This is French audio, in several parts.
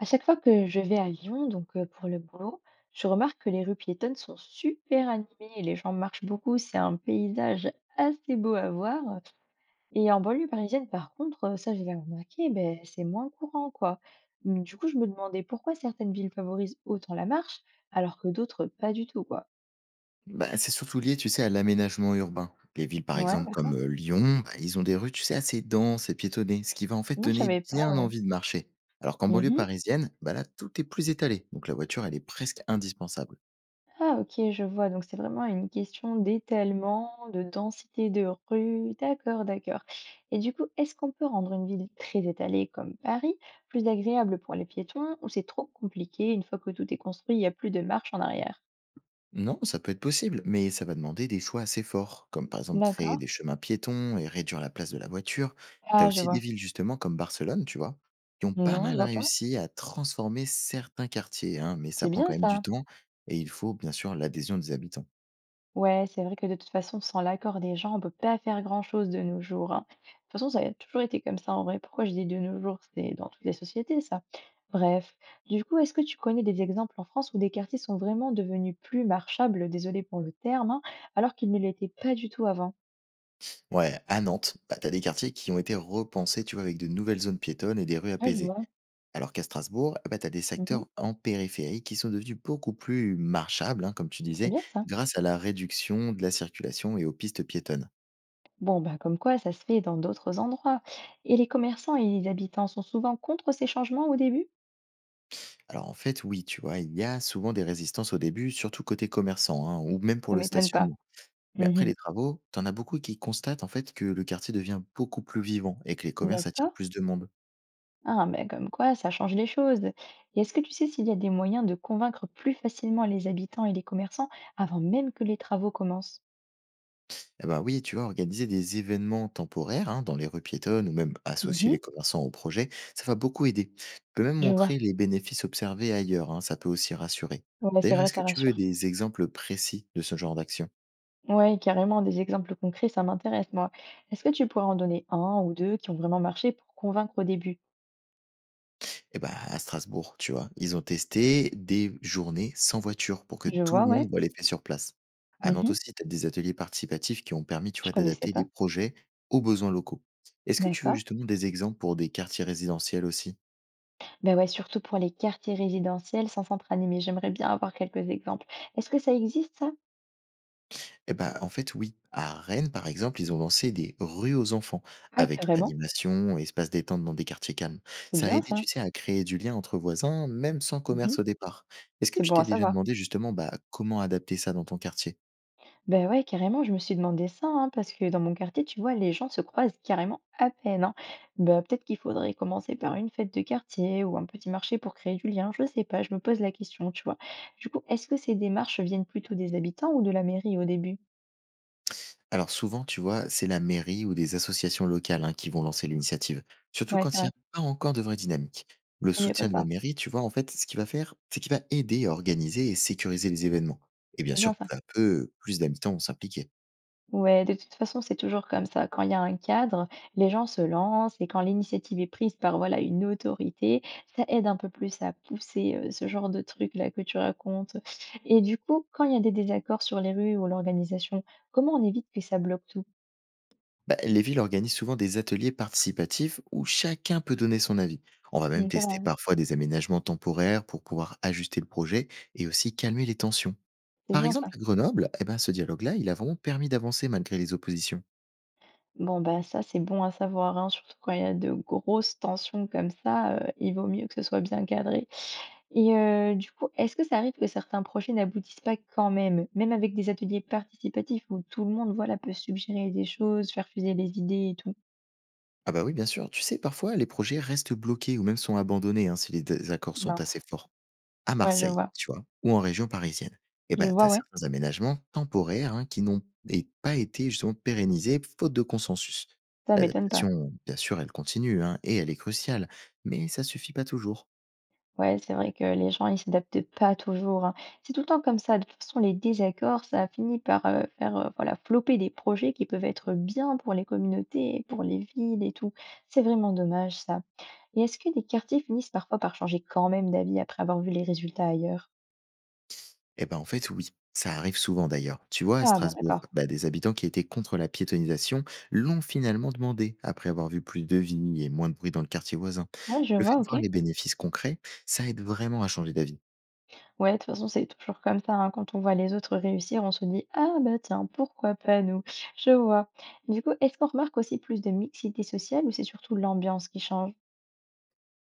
À chaque fois que je vais à Lyon, pour le boulot, je remarque que les rues piétonnes sont super animées et les gens marchent beaucoup. C'est un paysage assez beau à voir. Et en banlieue parisienne, par contre, ça, j'ai l'ai remarqué, ben, c'est moins courant, quoi. Mm, du coup, je me demandais pourquoi certaines villes favorisent autant la marche alors que d'autres pas du tout, quoi. Bah, c'est surtout lié, tu sais, à l'aménagement urbain. Les villes, par Ouais, exemple, d'accord. comme Lyon, bah, ils ont des rues, tu sais, assez denses et piétonnées, ce qui va en fait Non, je donner savais pas, bien envie de marcher. Alors qu'en banlieue ouais. parisienne, bah là, tout est plus étalé, donc la voiture, elle est presque indispensable. Ah OK, je vois, donc c'est vraiment une question d'étalement, de densité de rue. D'accord, d'accord. Et du coup, est-ce qu'on peut rendre une ville très étalée comme Paris plus agréable pour les piétons ou c'est trop compliqué une fois que tout est construit, il y a plus de marche en arrière? Non, ça peut être possible, mais ça va demander des choix assez forts, comme par exemple créer D'accord. des chemins piétons et réduire la place de la voiture. T'as Ah je aussi des vois. villes, justement, comme Barcelone, tu vois, qui ont pas Non, je mal vois pas. réussi à transformer certains quartiers, hein, mais ça C'est prend bien quand même du ça. temps et il faut, bien sûr, l'adhésion des habitants. Ouais, c'est vrai que de toute façon, sans l'accord des gens, on peut pas faire grand-chose de nos jours, hein. De toute façon, ça a toujours été comme ça en vrai. Pourquoi je dis de nos jours? C'est dans toutes les sociétés, ça. Bref, du coup, est-ce que tu connais des exemples en France où des quartiers sont vraiment devenus plus marchables, désolé pour le terme, hein, alors qu'ils ne l'étaient pas du tout avant? Ouais, à Nantes, bah, t'as des quartiers qui ont été repensés, tu vois, avec de nouvelles zones piétonnes et des rues Ah, je apaisées. vois. Alors qu'à Strasbourg, bah, t'as des Mhm. secteurs en périphérie qui sont devenus beaucoup plus marchables, hein, comme tu C'est disais, bien ça. grâce à la réduction de la circulation et aux pistes piétonnes. Bon, bah, comme quoi, ça se fait dans d'autres endroits. Et les commerçants et les habitants sont souvent contre ces changements au début? Alors en fait, oui, tu vois, il y a souvent des résistances au début, surtout côté commerçants, hein, ou même pour Ça le m'étonne pas. stationnement. Mais après Mhm. les travaux, t'en as beaucoup qui constatent en fait que le quartier devient beaucoup plus vivant et que les commerces attirent D'accord. plus de monde. Ah, ben comme quoi, ça change les choses. Et est-ce que tu sais s'il y a des moyens de convaincre plus facilement les habitants et les commerçants avant même que les travaux commencent? Eh ben oui, tu vois, organiser des événements temporaires hein, dans les rues piétonnes ou même associer Mhm, les commerçants au projet, ça va beaucoup aider. Tu peux même je vois. montrer les bénéfices observés ailleurs, hein, ça peut aussi rassurer. Ouais, c'est D'ailleurs, vrai, est-ce ça que tu veux rassure. des exemples précis de ce genre d'action? Ouais, carrément, des exemples concrets, ça m'intéresse, moi. Est-ce que tu pourrais en donner un ou deux qui ont vraiment marché pour convaincre au début? Eh ben à Strasbourg, tu vois, ils ont testé des journées sans voiture pour que Je tout vois, le monde ouais. voit l'effet sur place. À Nantes Mhm, aussi, tu as des ateliers participatifs qui ont permis, tu je vois, connaissais d'adapter les pas. projets aux besoins locaux. Est-ce que tu veux D'accord. justement des exemples pour des quartiers résidentiels aussi? Ben ouais, surtout pour les quartiers résidentiels sans centre animé, j'aimerais bien avoir quelques exemples. Est-ce que ça existe, ça? Eh ben en fait, oui. À Rennes, par exemple, ils ont lancé des rues aux enfants, Ah, avec carrément. animation, espace détente dans des quartiers calmes. C'est Ça a bien, aidé, ça. tu sais, à créer du lien entre voisins, même sans Mhm, commerce au départ. Est-ce que c'est tu bon t'es à déjà savoir. demandé justement bah, comment adapter ça dans ton quartier? Ben ouais, carrément, je me suis demandé ça, hein, parce que dans mon quartier, tu vois, les gens se croisent carrément à peine, hein. Bah, peut-être qu'il faudrait commencer par une fête de quartier ou un petit marché pour créer du lien, je sais pas, je me pose la question, tu vois. Du coup, est-ce que ces démarches viennent plutôt des habitants ou de la mairie au début? Alors souvent, tu vois, c'est la mairie ou des associations locales hein, qui vont lancer l'initiative, surtout Ouais, c'est quand il n'y vrai, a pas encore de vraie dynamique. Le c'est mieux comme soutien de la ça, mairie, tu vois, en fait, ce qu'il va faire, c'est qu'il va aider à organiser et sécuriser les événements. Et bien c'est bien sûr, ça. peu à peu, plus d'habitants vont s'impliquer. Ouais, de toute façon, c'est toujours comme ça. Quand il y a un cadre, les gens se lancent et quand l'initiative est prise par voilà une autorité, ça aide un peu plus à pousser ce genre de truc là que tu racontes. Et du coup, quand il y a des désaccords sur les rues ou l'organisation, comment on évite que ça bloque tout? Bah, les villes organisent souvent des ateliers participatifs où chacun peut donner son avis. On va Mm, même c'est vrai, tester parfois des aménagements temporaires pour pouvoir ajuster le projet et aussi calmer les tensions. c'est Par bien exemple, ça. à Grenoble, eh ben, ce dialogue-là, il a vraiment permis d'avancer malgré les oppositions. Bon, bah ça, c'est bon à savoir, hein, surtout quand il y a de grosses tensions comme ça, il vaut mieux que ce soit bien cadré. Et du coup, est-ce que ça arrive que certains projets n'aboutissent pas quand même? Même avec des ateliers participatifs où tout le monde, voilà, peut suggérer des choses, faire fuser les idées et tout? Ah bah oui, bien sûr, tu sais, parfois les projets restent bloqués ou même sont abandonnés hein, si les désaccords sont assez Mince. forts. À Ouais, je Marseille, vois. tu vois? Ou en région parisienne et Je ben tu vois, as ouais. certains aménagements temporaires, hein, qui n'ont et pas été justement pérennisés faute de consensus. Ça m'étonne pas. L'adaptation, bien sûr, elle continue, hein, et elle est cruciale, mais ça suffit pas toujours. Ouais, c'est vrai que les gens, ils s'adaptent pas toujours, hein. C'est tout le temps comme ça. De toute façon, les désaccords, ça finit par, faire, voilà, floper des projets qui peuvent être bien pour les communautés, pour les villes et tout. C'est vraiment dommage ça. Et est-ce que des quartiers finissent parfois par changer quand même d'avis après avoir vu les résultats ailleurs? Eh ben en fait, oui, ça arrive souvent d'ailleurs. Tu vois, à Ah bon, Strasbourg, d'accord. bah, des habitants qui étaient contre la piétonisation l'ont finalement demandé après avoir vu plus de vie et moins de bruit dans le quartier voisin. Ouais, je Le fait vois, de OK. voir les bénéfices concrets, ça aide vraiment à changer d'avis. Ouais, de toute façon, c'est toujours comme ça, hein, quand on voit les autres réussir, on se dit: «Ah bah tiens, pourquoi pas nous?» Je vois. Du coup, est-ce qu'on remarque aussi plus de mixité sociale ou c'est surtout l'ambiance qui change?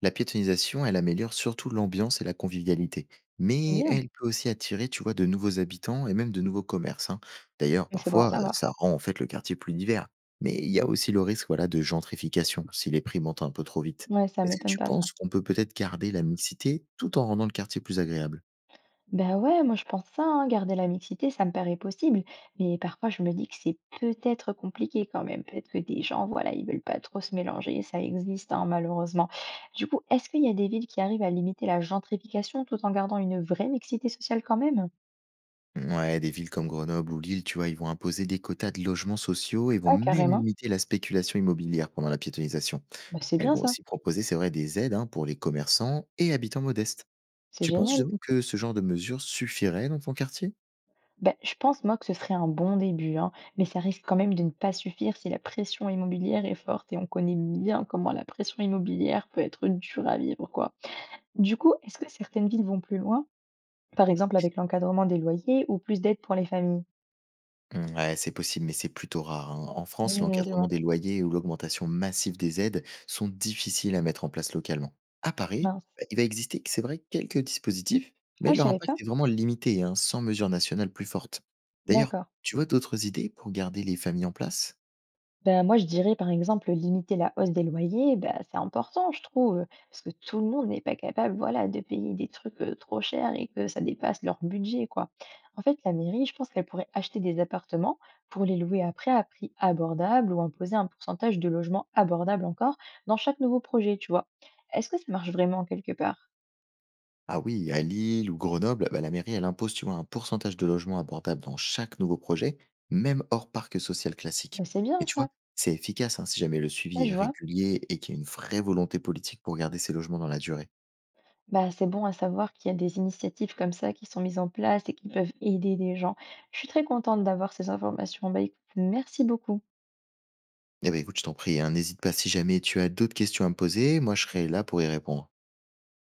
La piétonisation, elle améliore surtout l'ambiance et la convivialité. C'est Mais bien, elle peut aussi attirer, tu vois, de nouveaux habitants et même de nouveaux commerces, hein. D'ailleurs, mais c'est bon à parfois, savoir. ça rend en fait le quartier plus divers. Mais il y a aussi le risque voilà, de gentrification si les prix montent un peu trop vite. Ouais, ça Est-ce que m'étonne tu pas ça. penses qu'on peut peut-être garder la mixité tout en rendant le quartier plus agréable? Ben ouais, moi je pense ça, hein, garder la mixité, ça me paraît possible. Mais parfois je me dis que c'est peut-être compliqué quand même. Peut-être que des gens, voilà, ils veulent pas trop se mélanger, ça existe hein, malheureusement. Du coup, est-ce qu'il y a des villes qui arrivent à limiter la gentrification tout en gardant une vraie mixité sociale quand même? Ouais, des villes comme Grenoble ou Lille, tu vois, ils vont imposer des quotas de logements sociaux et vont Ah, même carrément. limiter la spéculation immobilière pendant la piétonisation. Bah, c'est Elles bien vont ça, aussi proposer, c'est vrai, des aides hein, pour les commerçants et habitants modestes. c'est Tu penses génial. justement que ce genre de mesure suffirait dans ton quartier? Ben, je pense moi que ce serait un bon début, hein, mais ça risque quand même de ne pas suffire si la pression immobilière est forte et on connaît bien comment la pression immobilière peut être dure à vivre, quoi. Du coup, est-ce que certaines villes vont plus loin, par exemple avec l'encadrement des loyers ou plus d'aide pour les familles? Mmh, ouais, c'est possible, mais c'est plutôt rare, hein. En France, Mmh, je l'encadrement vois. des loyers ou l'augmentation massive des aides sont difficiles à mettre en place localement. À Paris, Mince. bah, il va exister, c'est vrai, quelques dispositifs, mais Ah, je leur savais impact pas. est vraiment limité, hein, sans mesure nationale plus forte. D'ailleurs, D'accord. tu vois d'autres idées pour garder les familles en place? Ben, moi, je dirais par exemple limiter la hausse des loyers, ben, c'est important, je trouve, parce que tout le monde n'est pas capable, voilà, de payer des trucs trop chers et que ça dépasse leur budget, quoi. En fait, la mairie, je pense qu'elle pourrait acheter des appartements pour les louer après à prix abordable ou imposer un pourcentage de logements abordables encore dans chaque nouveau projet, tu vois. Est-ce que ça marche vraiment quelque part? Ah oui, à Lille ou Grenoble, bah, la mairie, elle impose, tu vois, un pourcentage de logements abordables dans chaque nouveau projet, même hors parc social Bah, classique. c'est Et bien tu vois, ça, c'est efficace hein, si jamais le suivi ouais, je est vois. régulier et qu'il y a une vraie volonté politique pour garder ces logements dans la durée. Bah, c'est bon à savoir qu'il y a des initiatives comme ça qui sont mises en place et qui peuvent aider les gens. Je suis très contente d'avoir ces informations. Bah, écoute, merci beaucoup. Eh ben écoute, je t'en prie, hein, n'hésite pas si jamais tu as d'autres questions à me poser, moi je serai là pour y répondre.